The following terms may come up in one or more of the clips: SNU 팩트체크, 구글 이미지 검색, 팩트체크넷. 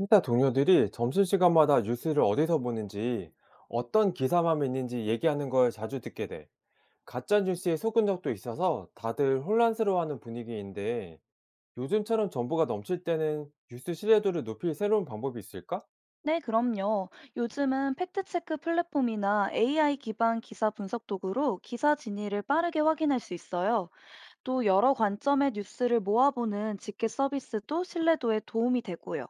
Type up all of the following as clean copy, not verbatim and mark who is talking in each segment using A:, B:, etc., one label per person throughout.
A: 회사 동료들이 점심시간마다 뉴스를 어디서 보는지, 어떤 기사만 믿는지 얘기하는 걸 자주 듣게 돼. 가짜 뉴스에 속은 적도 있어서 다들 혼란스러워하는 분위기인데, 요즘처럼 정보가 넘칠 때는 뉴스 신뢰도를 높일 새로운 방법이 있을까?
B: 네, 그럼요. 요즘은 팩트체크 플랫폼이나 AI 기반 기사 분석 도구로 기사 진위를 빠르게 확인할 수 있어요. 또 여러 관점의 뉴스를 모아보는 집계 서비스도 신뢰도에 도움이 되고요.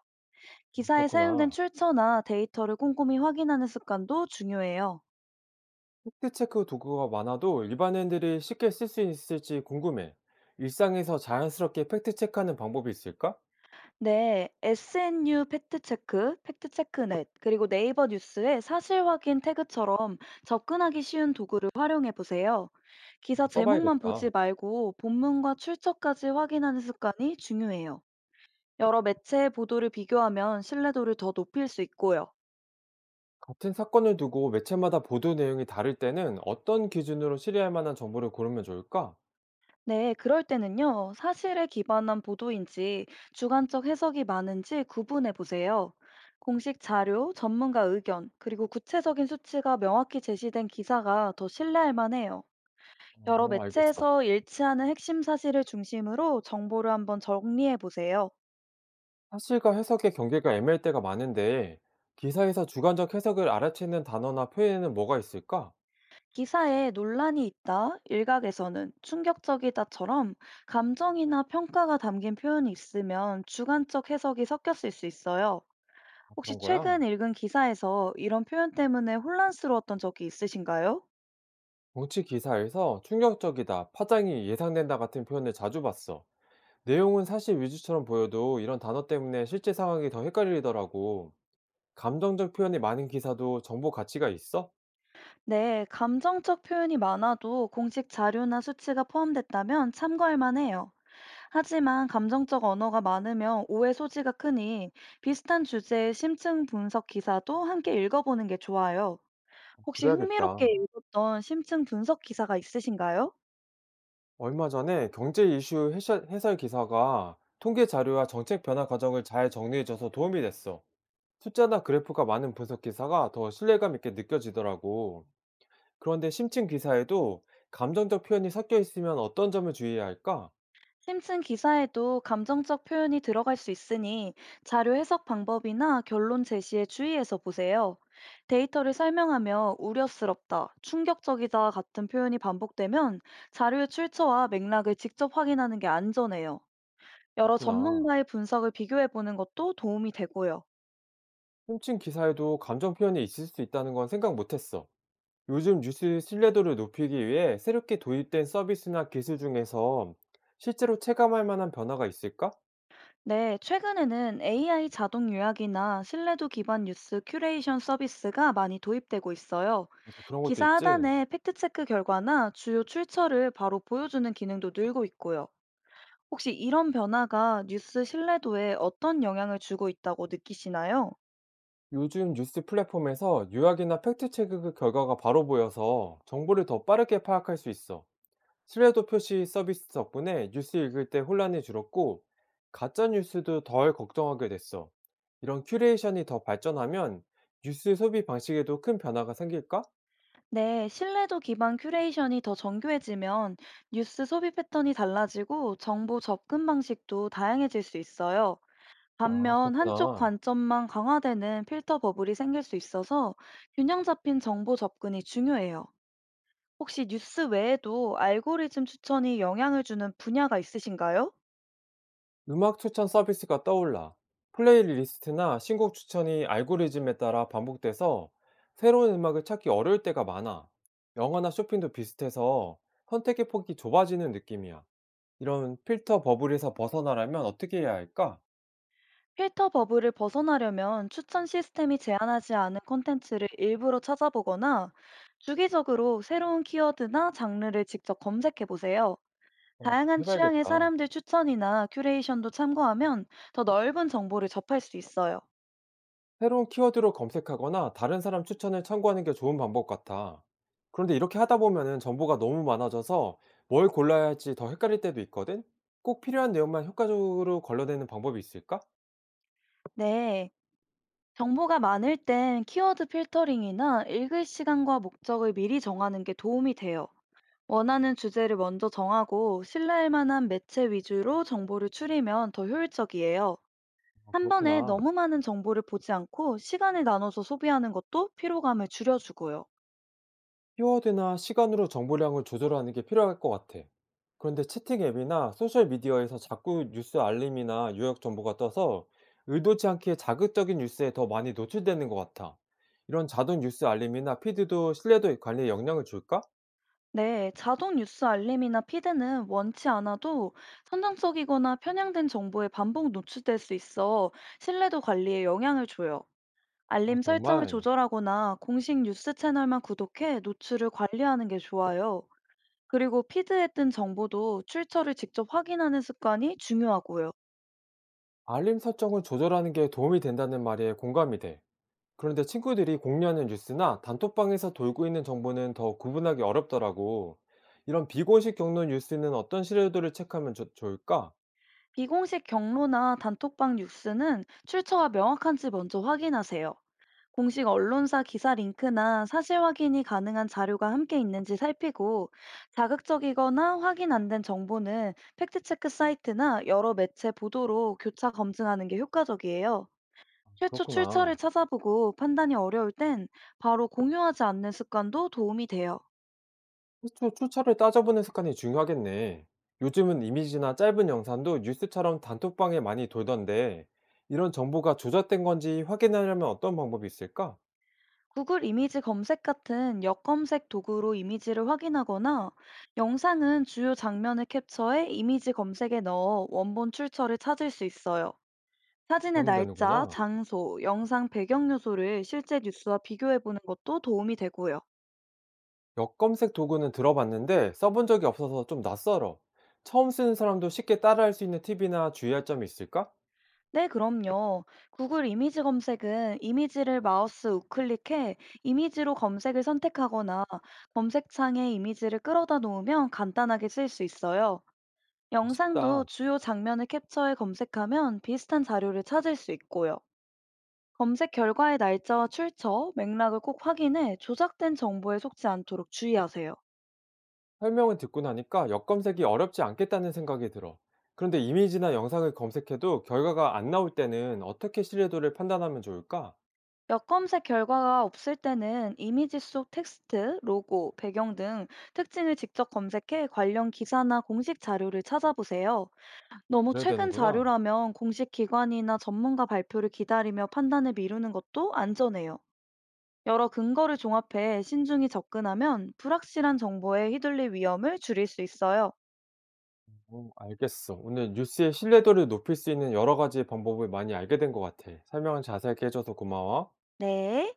A: 아,
B: 기사에 사용된
A: 그렇구나.
B: 출처나 데이터를 꼼꼼히 확인하는 습관도 중요해요.
A: 팩트체크 도구가 많아도 일반인들이 쉽게 쓸 수 있을지 궁금해. 일상에서 자연스럽게 팩트체크하는 방법이 있을까?
B: 네, SNU 팩트체크, 팩트체크넷, 그리고 네이버 뉴스의 사실 확인 태그처럼 접근하기 쉬운 도구를 활용해 보세요. 기사 제목만 보지
A: 써봐야겠다.
B: 말고 본문과 출처까지 확인하는 습관이 중요해요. 여러 매체의 보도를 비교하면 신뢰도를 더 높일 수 있고요.
A: 같은 사건을 두고 매체마다 보도 내용이 다를 때는 어떤 기준으로 신뢰할 만한 정보를 고르면 좋을까?
B: 네, 그럴 때는요, 사실에 기반한 보도인지 주관적 해석이 많은지 구분해 보세요. 공식 자료, 전문가 의견, 그리고 구체적인 수치가 명확히 제시된 기사가 더 신뢰할 만해요. 여러
A: 어, 알겠어.
B: 매체에서 일치하는 핵심 사실을 중심으로 정보를 한번 정리해 보세요.
A: 사실과 해석의 경계가 애매할 때가 많은데, 기사에서 주관적 해석을 알아채는 단어나 표현에는 뭐가 있을까?
B: 기사에 논란이 있다, 일각에서는 충격적이다처럼 감정이나 평가가 담긴 표현이 있으면 주관적 해석이 섞였을 수 있어요.
A: 아,
B: 혹시
A: 그런 거야.
B: 최근 읽은 기사에서 이런 표현 때문에 혼란스러웠던 적이 있으신가요?
A: 정치 기사에서 충격적이다, 파장이 예상된다 같은 표현을 자주 봤어. 내용은 사실 위주처럼 보여도 이런 단어 때문에 실제 상황이 더 헷갈리더라고. 감정적 표현이 많은 기사도 정보 가치가 있어?
B: 네, 감정적 표현이 많아도 공식 자료나 수치가 포함됐다면 참고할 만해요. 하지만 감정적 언어가 많으면 오해 소지가 크니 비슷한 주제의 심층 분석 기사도 함께 읽어보는 게 좋아요. 혹시 흥미롭게
A: 그래야겠다.
B: 읽었던 심층 분석 기사가 있으신가요?
A: 얼마 전에 경제 이슈 해설 기사가 통계 자료와 정책 변화 과정을 잘 정리해줘서 도움이 됐어. 숫자나 그래프가 많은 분석 기사가 더 신뢰감 있게 느껴지더라고. 그런데 심층 기사에도 감정적 표현이 섞여 있으면 어떤 점을 주의해야 할까?
B: 심층 기사에도 감정적 표현이 들어갈 수 있으니 자료 해석 방법이나 결론 제시에 주의해서 보세요. 데이터를 설명하며 우려스럽다, 충격적이다 같은 표현이 반복되면 자료의 출처와 맥락을 직접 확인하는 게 안전해요. 여러
A: 그렇구나.
B: 전문가의 분석을 비교해 보는 것도 도움이 되고요.
A: 심층 기사에도 감정 표현이 있을 수 있다는 건 생각 못했어. 요즘 뉴스 신뢰도를 높이기 위해 새롭게 도입된 서비스나 기술 중에서 실제로 체감할 만한 변화가 있을까?
B: 네, 최근에는 AI 자동 요약이나 신뢰도 기반 뉴스 큐레이션 서비스가 많이 도입되고 있어요.
A: 그런 것도
B: 기사
A: 있지.
B: 하단에 팩트체크 결과나 주요 출처를 바로 보여주는 기능도 늘고 있고요. 혹시 이런 변화가 뉴스 신뢰도에 어떤 영향을 주고 있다고 느끼시나요?
A: 요즘 뉴스 플랫폼에서 요약이나 팩트체크 결과가 바로 보여서 정보를 더 빠르게 파악할 수 있어. 신뢰도 표시 서비스 덕분에 뉴스 읽을 때 혼란이 줄었고, 가짜 뉴스도 덜 걱정하게 됐어. 이런 큐레이션이 더 발전하면 뉴스 소비 방식에도 큰 변화가 생길까?
B: 네, 신뢰도 기반 큐레이션이 더 정교해지면 뉴스 소비 패턴이 달라지고 정보 접근 방식도 다양해질 수 있어요.
A: 아,
B: 반면 한쪽
A: 그렇구나.
B: 관점만 강화되는 필터 버블이 생길 수 있어서 균형 잡힌 정보 접근이 중요해요. 혹시 뉴스 외에도 알고리즘 추천이 영향을 주는 분야가 있으신가요?
A: 음악 추천 서비스가 떠올라. 플레이리스트나 신곡 추천이 알고리즘에 따라 반복돼서 새로운 음악을 찾기 어려울 때가 많아. 영화나 쇼핑도 비슷해서 선택의 폭이 좁아지는 느낌이야. 이런 필터 버블에서 벗어나려면 어떻게 해야 할까?
B: 필터 버블을 벗어나려면 추천 시스템이 제한하지 않은 콘텐츠를 일부러 찾아보거나 주기적으로 새로운 키워드나 장르를 직접 검색해 보세요.
A: 어, 그렇게
B: 다양한 취향의
A: 해봐야겠다.
B: 사람들 추천이나 큐레이션도 참고하면 더 넓은 정보를 접할 수 있어요.
A: 새로운 키워드로 검색하거나 다른 사람 추천을 참고하는 게 좋은 방법 같아. 그런데 이렇게 하다 보면은 정보가 너무 많아져서 뭘 골라야 할지 더 헷갈릴 때도 있거든? 꼭 필요한 내용만 효과적으로 걸러내는 방법이 있을까?
B: 네. 정보가 많을 땐 키워드 필터링이나 읽을 시간과 목적을 미리 정하는 게 도움이 돼요. 원하는 주제를 먼저 정하고 신뢰할 만한 매체 위주로 정보를 추리면 더 효율적이에요.
A: 아,
B: 한 번에
A: 그렇구나.
B: 너무 많은 정보를 보지 않고 시간을 나눠서 소비하는 것도 피로감을 줄여주고요.
A: 키워드나 시간으로 정보량을 조절하는 게 필요할 것 같아. 그런데 채팅 앱이나 소셜미디어에서 자꾸 뉴스 알림이나 요약 정보가 떠서 의도치 않게 자극적인 뉴스에 더 많이 노출되는 것 같아. 이런 자동 뉴스 알림이나 피드도 신뢰도 관리에 영향을 줄까?
B: 네, 자동 뉴스 알림이나 피드는 원치 않아도 선정적이거나 편향된 정보에 반복 노출될 수 있어 신뢰도 관리에 영향을 줘요.
A: 아,
B: 알림 설정을
A: 정말.
B: 조절하거나 공식 뉴스 채널만 구독해 노출을 관리하는 게 좋아요. 그리고 피드에 뜬 정보도 출처를 직접 확인하는 습관이 중요하고요.
A: 알림 설정을 조절하는 게 도움이 된다는 말에 공감이 돼. 그런데 친구들이 공유하는 뉴스나 단톡방에서 돌고 있는 정보는 더 구분하기 어렵더라고. 이런 비공식 경로 뉴스는 어떤 시료도를 체크하면 좋을까?
B: 비공식 경로나 단톡방 뉴스는 출처가 명확한지 먼저 확인하세요. 공식 언론사 기사 링크나 사실 확인이 가능한 자료가 함께 있는지 살피고 자극적이거나 확인 안 된 정보는 팩트체크 사이트나 여러 매체 보도로 교차 검증하는 게 효과적이에요. 최초 출처를
A: 그렇구나.
B: 찾아보고 판단이 어려울 땐 바로 공유하지 않는 습관도 도움이 돼요.
A: 출처를 따져보는 습관이 중요하겠네. 요즘은 이미지나 짧은 영상도 뉴스처럼 단톡방에 많이 돌던데, 이런 정보가 조작된 건지 확인하려면 어떤 방법이 있을까?
B: 구글 이미지 검색 같은 역검색 도구로 이미지를 확인하거나 영상은 주요 장면을 캡처해 이미지 검색에 넣어 원본 출처를 찾을 수 있어요. 사진의
A: 그러면
B: 날짜,
A: 되는구나.
B: 장소, 영상 배경 요소를 실제 뉴스와 비교해 보는 것도 도움이 되고요.
A: 역검색 도구는 들어봤는데 써본 적이 없어서 좀 낯설어. 처음 쓰는 사람도 쉽게 따라할 수 있는 팁이나 주의할 점이 있을까?
B: 네, 그럼요. 구글 이미지 검색은 이미지를 마우스 우클릭해 이미지로 검색을 선택하거나 검색창에 이미지를 끌어다 놓으면 간단하게 쓸 수 있어요.
A: 어,
B: 영상도
A: 쉽다.
B: 주요 장면을 캡처해 검색하면 비슷한 자료를 찾을 수 있고요. 검색 결과의 날짜와 출처, 맥락을 꼭 확인해 조작된 정보에 속지 않도록 주의하세요.
A: 설명을 듣고 나니까 역 검색이 어렵지 않겠다는 생각이 들어. 그런데 이미지나 영상을 검색해도 결과가 안 나올 때는 어떻게 신뢰도를 판단하면 좋을까?
B: 역검색 결과가 없을 때는 이미지 속 텍스트, 로고, 배경 등 특징을 직접 검색해 관련 기사나 공식 자료를 찾아보세요. 너무
A: 그래야
B: 최근
A: 되는구나.
B: 자료라면 공식 기관이나 전문가 발표를 기다리며 판단을 미루는 것도 안전해요. 여러 근거를 종합해 신중히 접근하면 불확실한 정보에 휘둘릴 위험을 줄일 수 있어요.
A: 어, 알겠어. 오늘 뉴스의 신뢰도를 높일 수 있는 여러 가지 방법을 많이 알게 된 것 같아. 설명을 자세하게 해줘서 고마워.
B: 네.